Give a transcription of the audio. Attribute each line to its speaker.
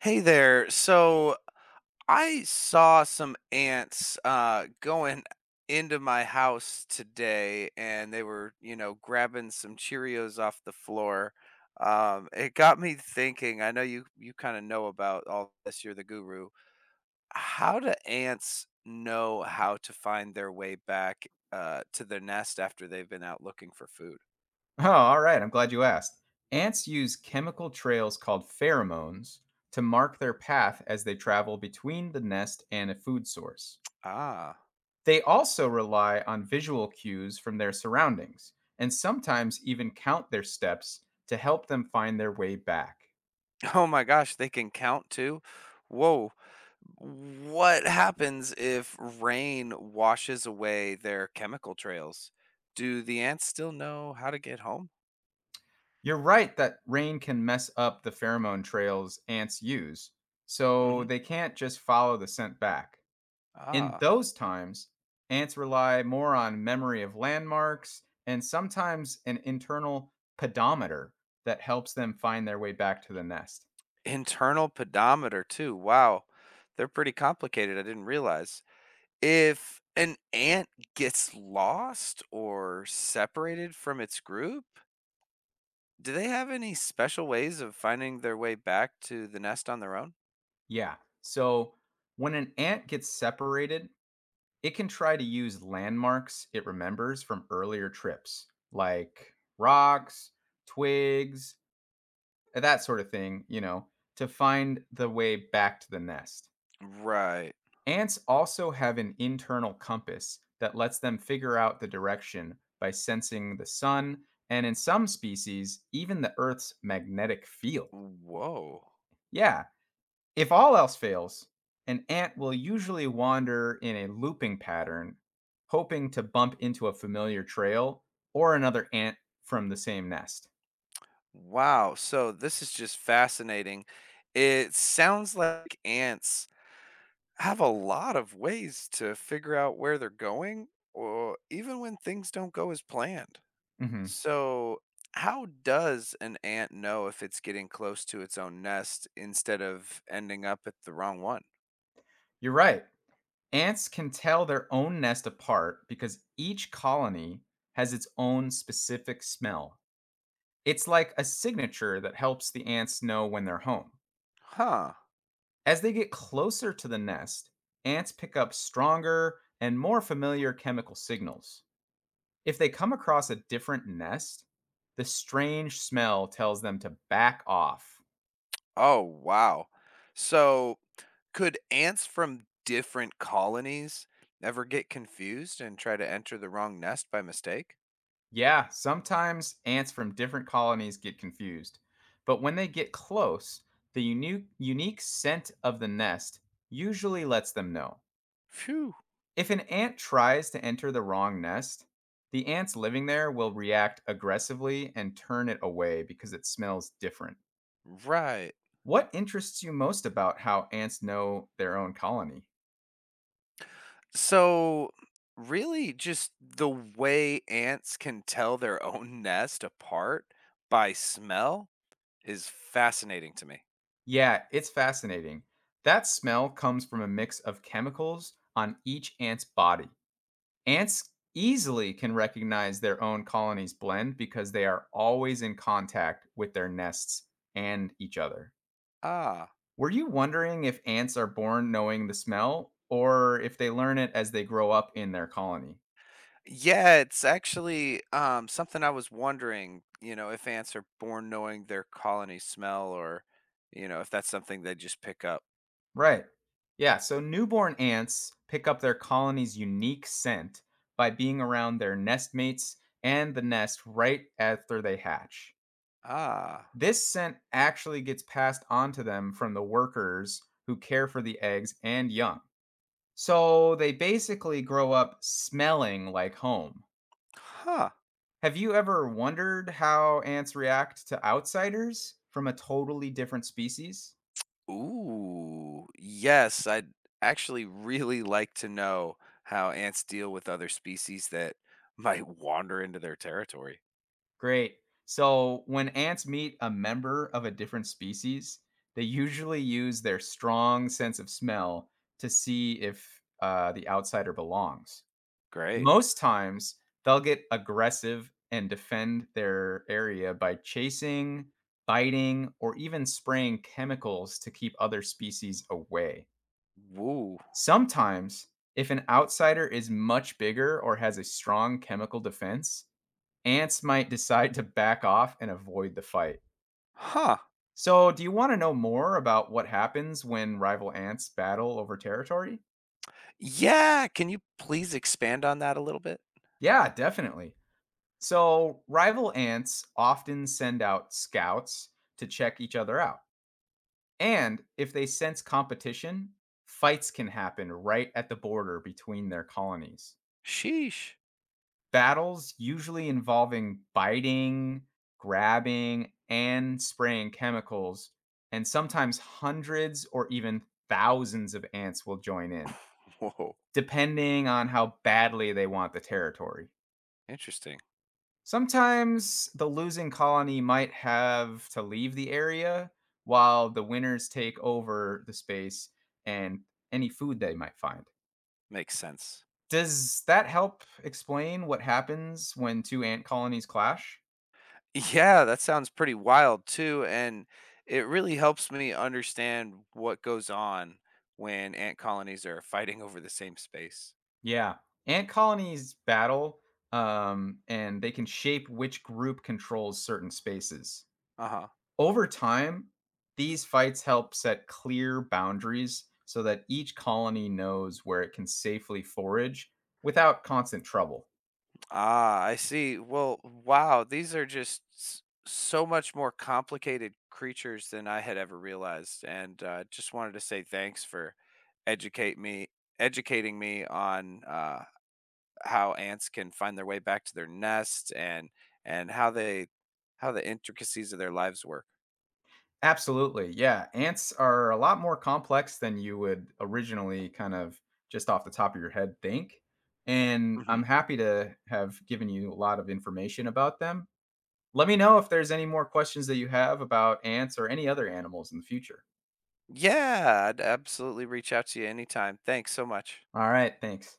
Speaker 1: Hey there. So I saw some ants going into my house today, and they were, grabbing some Cheerios off the floor. It got me thinking. I know you kind of know about all this. You're the guru. How do ants know how to find their way back to their nest after they've been out looking for food?
Speaker 2: Oh, all right. I'm glad you asked. Ants use chemical trails called pheromones to mark their path as they travel between the nest and a food source.
Speaker 1: Ah.
Speaker 2: They also rely on visual cues from their surroundings and sometimes even count their steps to help them find their way back.
Speaker 1: Oh my gosh, they can count too? Whoa. What happens if rain washes away their chemical trails? Do the ants still know how to get home?
Speaker 2: You're right that rain can mess up the pheromone trails ants use, so
Speaker 1: Hmm.
Speaker 2: they can't just follow the scent back. In
Speaker 1: Ah,
Speaker 2: those times, ants rely more on memory of landmarks and sometimes an internal pedometer that helps them find their way back to the nest.
Speaker 1: internal pedometer too. Wow. They're pretty complicated. I didn't realize. If an ant gets lost or separated from its group, do they have any special ways of finding their way back to the nest on their own?
Speaker 2: Yeah. So when an ant gets separated, it can try to use landmarks it remembers from earlier trips, like rocks, twigs, that sort of thing, to find the way back to the nest.
Speaker 1: Right.
Speaker 2: Ants also have an internal compass that lets them figure out the direction by sensing the sun and, in some species, even the Earth's magnetic field.
Speaker 1: Whoa.
Speaker 2: Yeah, if all else fails, an ant will usually wander in a looping pattern, hoping to bump into a familiar trail or another ant from the same nest.
Speaker 1: Wow. So this is just fascinating. It sounds like ants have a lot of ways to figure out where they're going, or even when things don't go as planned.
Speaker 2: hmm
Speaker 1: So, how does an ant know if it's getting close to its own nest instead of ending up at the wrong one?
Speaker 2: You're right. Ants can tell their own nest apart because each colony has its own specific smell. It's like a signature that helps the ants know when they're home.
Speaker 1: Huh.
Speaker 2: As they get closer to the nest, ants pick up stronger and more familiar chemical signals. If they come across a different nest, the strange smell tells them to back off.
Speaker 1: Oh, wow. So, could ants from different colonies ever get confused and try to enter the wrong nest by mistake?
Speaker 2: Yeah, sometimes ants from different colonies get confused, but when they get close, the unique scent of the nest usually lets them know.
Speaker 1: Phew,
Speaker 2: If an ant tries to enter the wrong nest, the ants living there will react aggressively and turn it away because it smells different.
Speaker 1: right.
Speaker 2: What interests you most about how ants know their own colony?
Speaker 1: So, really, just the way ants can tell their own nest apart by smell is fascinating to me.
Speaker 2: Yeah, it's fascinating. That smell comes from a mix of chemicals on each ant's body. Ants easily can recognize their own colony's blend because they are always in contact with their nests and each other.
Speaker 1: Ah.
Speaker 2: Were you wondering if ants are born knowing the smell or if they learn it as they grow up in their colony?
Speaker 1: Yeah, it's actually something I was wondering, you know, if ants are born knowing their colony smell or, you know, if that's something they just pick up.
Speaker 2: Right. Yeah, so newborn ants pick up their colony's unique scent by being around their nest mates and the nest right after they hatch.
Speaker 1: Ah,
Speaker 2: This scent actually gets passed on to them from the workers who care for the eggs and young. So they basically grow up smelling like home.
Speaker 1: huh.
Speaker 2: Have you ever wondered how ants react to outsiders from a totally different species?
Speaker 1: Ooh, yes, I'd actually really like to know how ants deal with other species that might wander into their territory.
Speaker 2: Great. So, when ants meet a member of a different species, they usually use their strong sense of smell to see if the outsider belongs.
Speaker 1: Great.
Speaker 2: Most times, they'll get aggressive and defend their area by chasing, biting, or even spraying chemicals to keep other species away.
Speaker 1: Woo.
Speaker 2: Sometimes, if an outsider is much bigger or has a strong chemical defense, ants might decide to back off and avoid the fight.
Speaker 1: Huh.
Speaker 2: So, do you want to know more about what happens when rival ants battle over territory?
Speaker 1: Yeah, can you please expand on that a little bit?
Speaker 2: Yeah, definitely. So, rival ants often send out scouts to check each other out. And if they sense competition, fights can happen right at the border between their colonies.
Speaker 1: Sheesh.
Speaker 2: Battles usually involving biting, grabbing, and spraying chemicals, and sometimes hundreds or even thousands of ants will join in,
Speaker 1: Whoa.
Speaker 2: depending on how badly they want the territory.
Speaker 1: Interesting.
Speaker 2: Sometimes the losing colony might have to leave the area while the winners take over the space and any food they might find.
Speaker 1: Makes sense.
Speaker 2: Does that help explain what happens when two ant colonies clash?
Speaker 1: Yeah, that sounds pretty wild too, and it really helps me understand what goes on when ant colonies are fighting over the same space.
Speaker 2: Yeah. Ant colonies battle, and they can shape which group controls certain spaces.
Speaker 1: Uh-huh.
Speaker 2: Over time, these fights help set clear boundaries so that each colony knows where it can safely forage without constant trouble.
Speaker 1: Ah, I see. Well, wow, these are just so much more complicated creatures than I had ever realized, and just wanted to say thanks for educate me, educating me on how ants can find their way back to their nest and how they how the intricacies of their lives work.
Speaker 2: Absolutely. Yeah. Ants are a lot more complex than you would originally kind of just off the top of your head think. And
Speaker 1: Hmm.
Speaker 2: I'm happy to have given you a lot of information about them. Let me know if there's any more questions that you have about ants or any other animals in the future.
Speaker 1: Yeah, I'd absolutely reach out to you anytime. Thanks so much.
Speaker 2: All right, thanks.